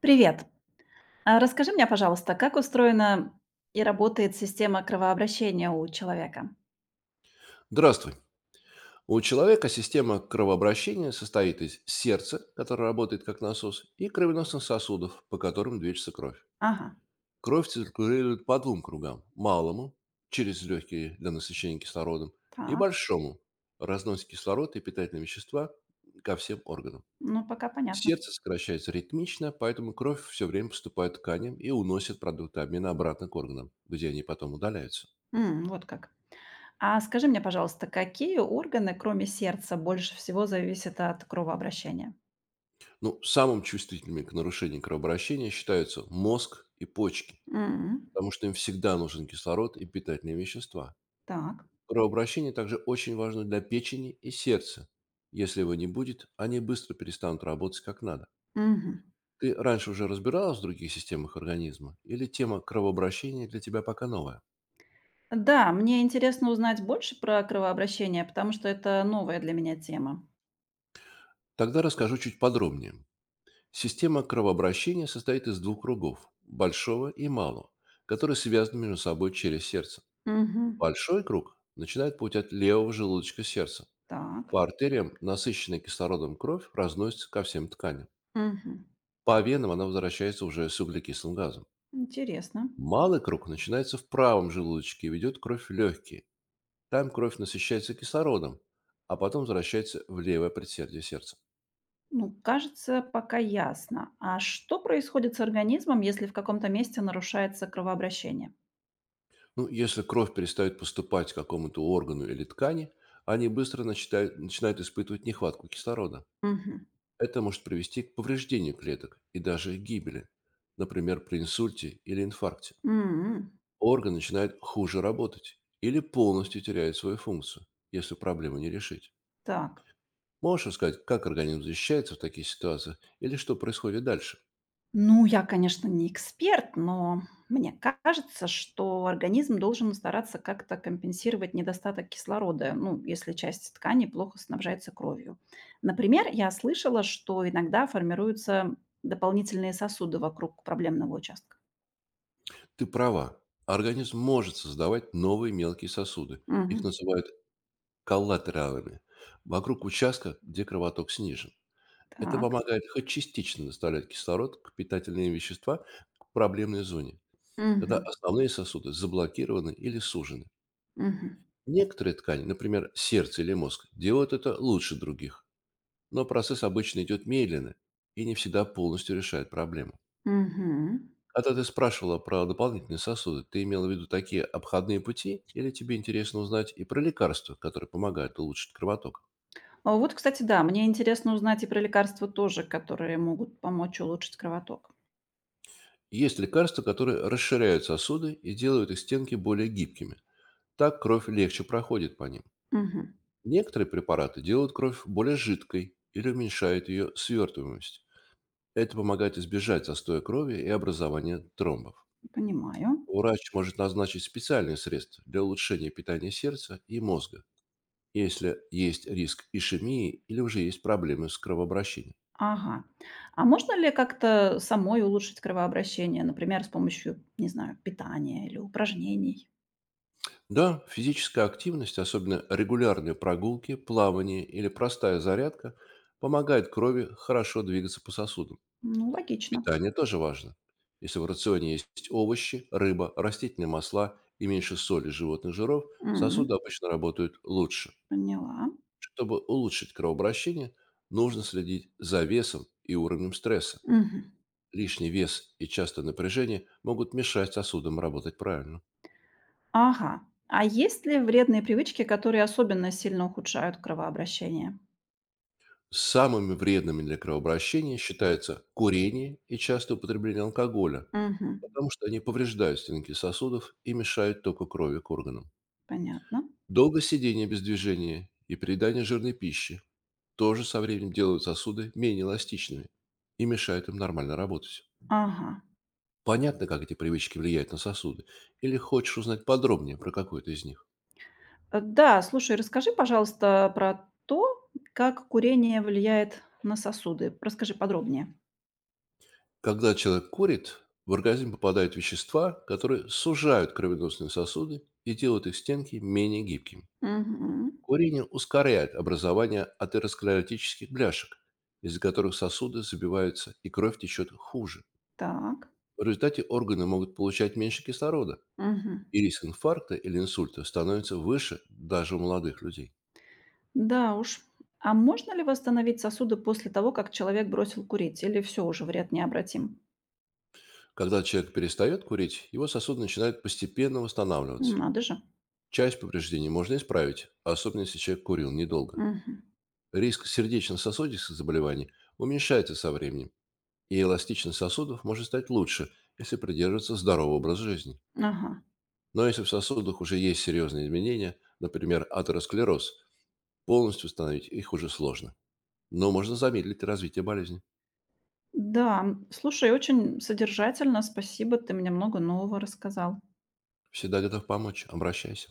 Привет. Расскажи мне, пожалуйста, как устроена и работает система кровообращения у человека? Здравствуй. У человека система кровообращения состоит из сердца, которое работает как насос, и кровеносных сосудов, по которым движется кровь. Ага, Кровь циркулирует по двум кругам. Малому, через легкие для насыщения кислородом, и так, большому, разносит кислород и питательные вещества ко всем органам. ну пока понятно. Сердце сокращается ритмично, поэтому кровь все время поступает к тканям и уносит продукты обмена обратно к органам, где они потом удаляются. М, вот как. А скажи мне, пожалуйста, какие органы, кроме сердца, больше всего зависят от кровообращения? Ну, самым чувствительными к нарушению кровообращения считаются мозг и почки, М, потому что им всегда нужен кислород и питательные вещества. так. Кровообращение также очень важно для печени и сердца. Если его не будет, они быстро перестанут работать как надо. Мгм. Ты раньше уже разбиралась в других системах организма или тема кровообращения для тебя пока новая? Да, мне интересно узнать больше про кровообращение, потому что это новая для меня тема. Тогда расскажу чуть подробнее. Система кровообращения состоит из двух кругов – большого и малого, которые связаны между собой через сердце. Мгм. Большой круг начинает путь от левого желудочка сердца. Так. По артериям насыщенная кислородом кровь разносится ко всем тканям. Мгм. По венам она возвращается уже с углекислым газом. Интересно. Малый круг начинается в правом желудочке и ведет кровь в легкие. Там кровь насыщается кислородом, а потом возвращается в левое предсердие сердца. Ну, кажется, пока ясно. А что происходит с организмом, если в каком-то месте нарушается кровообращение? Ну, если кровь перестает поступать к какому-то органу или ткани, они быстро начинают испытывать нехватку кислорода. Мгм. Это может привести к повреждению клеток и даже гибели, например, при инсульте или инфаркте. М, Орган начинает хуже работать или полностью теряет свою функцию, если проблему не решить. так. Можешь рассказать, как организм защищается в таких ситуациях или что происходит дальше? Ну, я, конечно, не эксперт, но мне кажется, что организм должен стараться как-то компенсировать недостаток кислорода, ну, если часть ткани плохо снабжается кровью. Например, я слышала, что иногда формируются дополнительные сосуды вокруг проблемного участка. Ты права. Организм может создавать новые мелкие сосуды. Их Мгм. называют коллатералами. Вокруг участка, где кровоток снижен. Это Так. помогает хоть частично доставлять кислород к питательные вещества к проблемной зоне, когда Мгм. основные сосуды заблокированы или сужены. Мгм. Некоторые ткани, например, сердце или мозг, делают это лучше других, но процесс обычно идет медленно и не всегда полностью решает проблему. Мгм. Когда ты спрашивала про дополнительные сосуды, ты имела в виду такие обходные пути или тебе интересно узнать и про лекарства, которые помогают улучшить кровоток? А вот, кстати, да, мне интересно узнать и про лекарства тоже, которые могут помочь улучшить кровоток. Есть лекарства, которые расширяют сосуды и делают их стенки более гибкими. Так кровь легче проходит по ним. Мгм. Некоторые препараты делают кровь более жидкой или уменьшают ее свертываемость. Это помогает избежать застоя крови и образования тромбов. Понимаю. Врач может назначить специальные средства для улучшения питания сердца и мозга, если есть риск ишемии или уже есть проблемы с кровообращением. Ага. А можно ли как-то самой улучшить кровообращение, например, с помощью, не знаю, питания или упражнений? Да, физическая активность, особенно регулярные прогулки, плавание или простая зарядка, помогает крови хорошо двигаться по сосудам. Ну, логично. Питание тоже важно. Если в рационе есть овощи, рыба, растительные масла и меньше соли, животных жиров, сосуды Мгм. обычно работают лучше. Поняла. Чтобы улучшить кровообращение, нужно следить за весом и уровнем стресса. Мгм. Лишний вес и частое напряжение могут мешать сосудам работать правильно. Ага. А есть ли вредные привычки, которые особенно сильно ухудшают кровообращение? Самыми вредными для кровообращения считаются курение и частое употребление алкоголя, Мгм. потому что они повреждают стенки сосудов и мешают току крови к органам. Понятно. Долгое сидение без движения и переедание жирной пищи тоже со временем делают сосуды менее эластичными и мешают им нормально работать. Ага. Понятно, как эти привычки влияют на сосуды? Или хочешь узнать подробнее про какой то из них? Да, слушай, расскажи, пожалуйста, про то, как курение влияет на сосуды. Расскажи подробнее. Когда человек курит, в организм попадают вещества, которые сужают кровеносные сосуды и делают их стенки менее гибкими. Мгм. Курение ускоряет образование атеросклеротических бляшек, из-за которых сосуды забиваются и кровь течет хуже. Так. В результате органы могут получать меньше кислорода, Мгм. и риск инфаркта или инсульта становится выше даже у молодых людей. Да уж. А можно ли восстановить сосуды после того, как человек бросил курить? Или все уже вряд необратим? Когда человек перестает курить, его сосуды начинают постепенно М, восстанавливаться. надо же. Часть повреждений можно исправить, особенно если человек курил недолго. Мгм. Риск сердечно-сосудистых заболеваний уменьшается со временем, и эластичность сосудов может стать лучше, если придерживаться здорового образа жизни. Ага. Но если в сосудах уже есть серьезные изменения, например, атеросклероз, полностью восстановить их уже сложно, но можно замедлить развитие болезни. Да, м, слушай, очень содержательно, спасибо, ты мне много нового рассказал. Всегда готов помочь. Обращайся.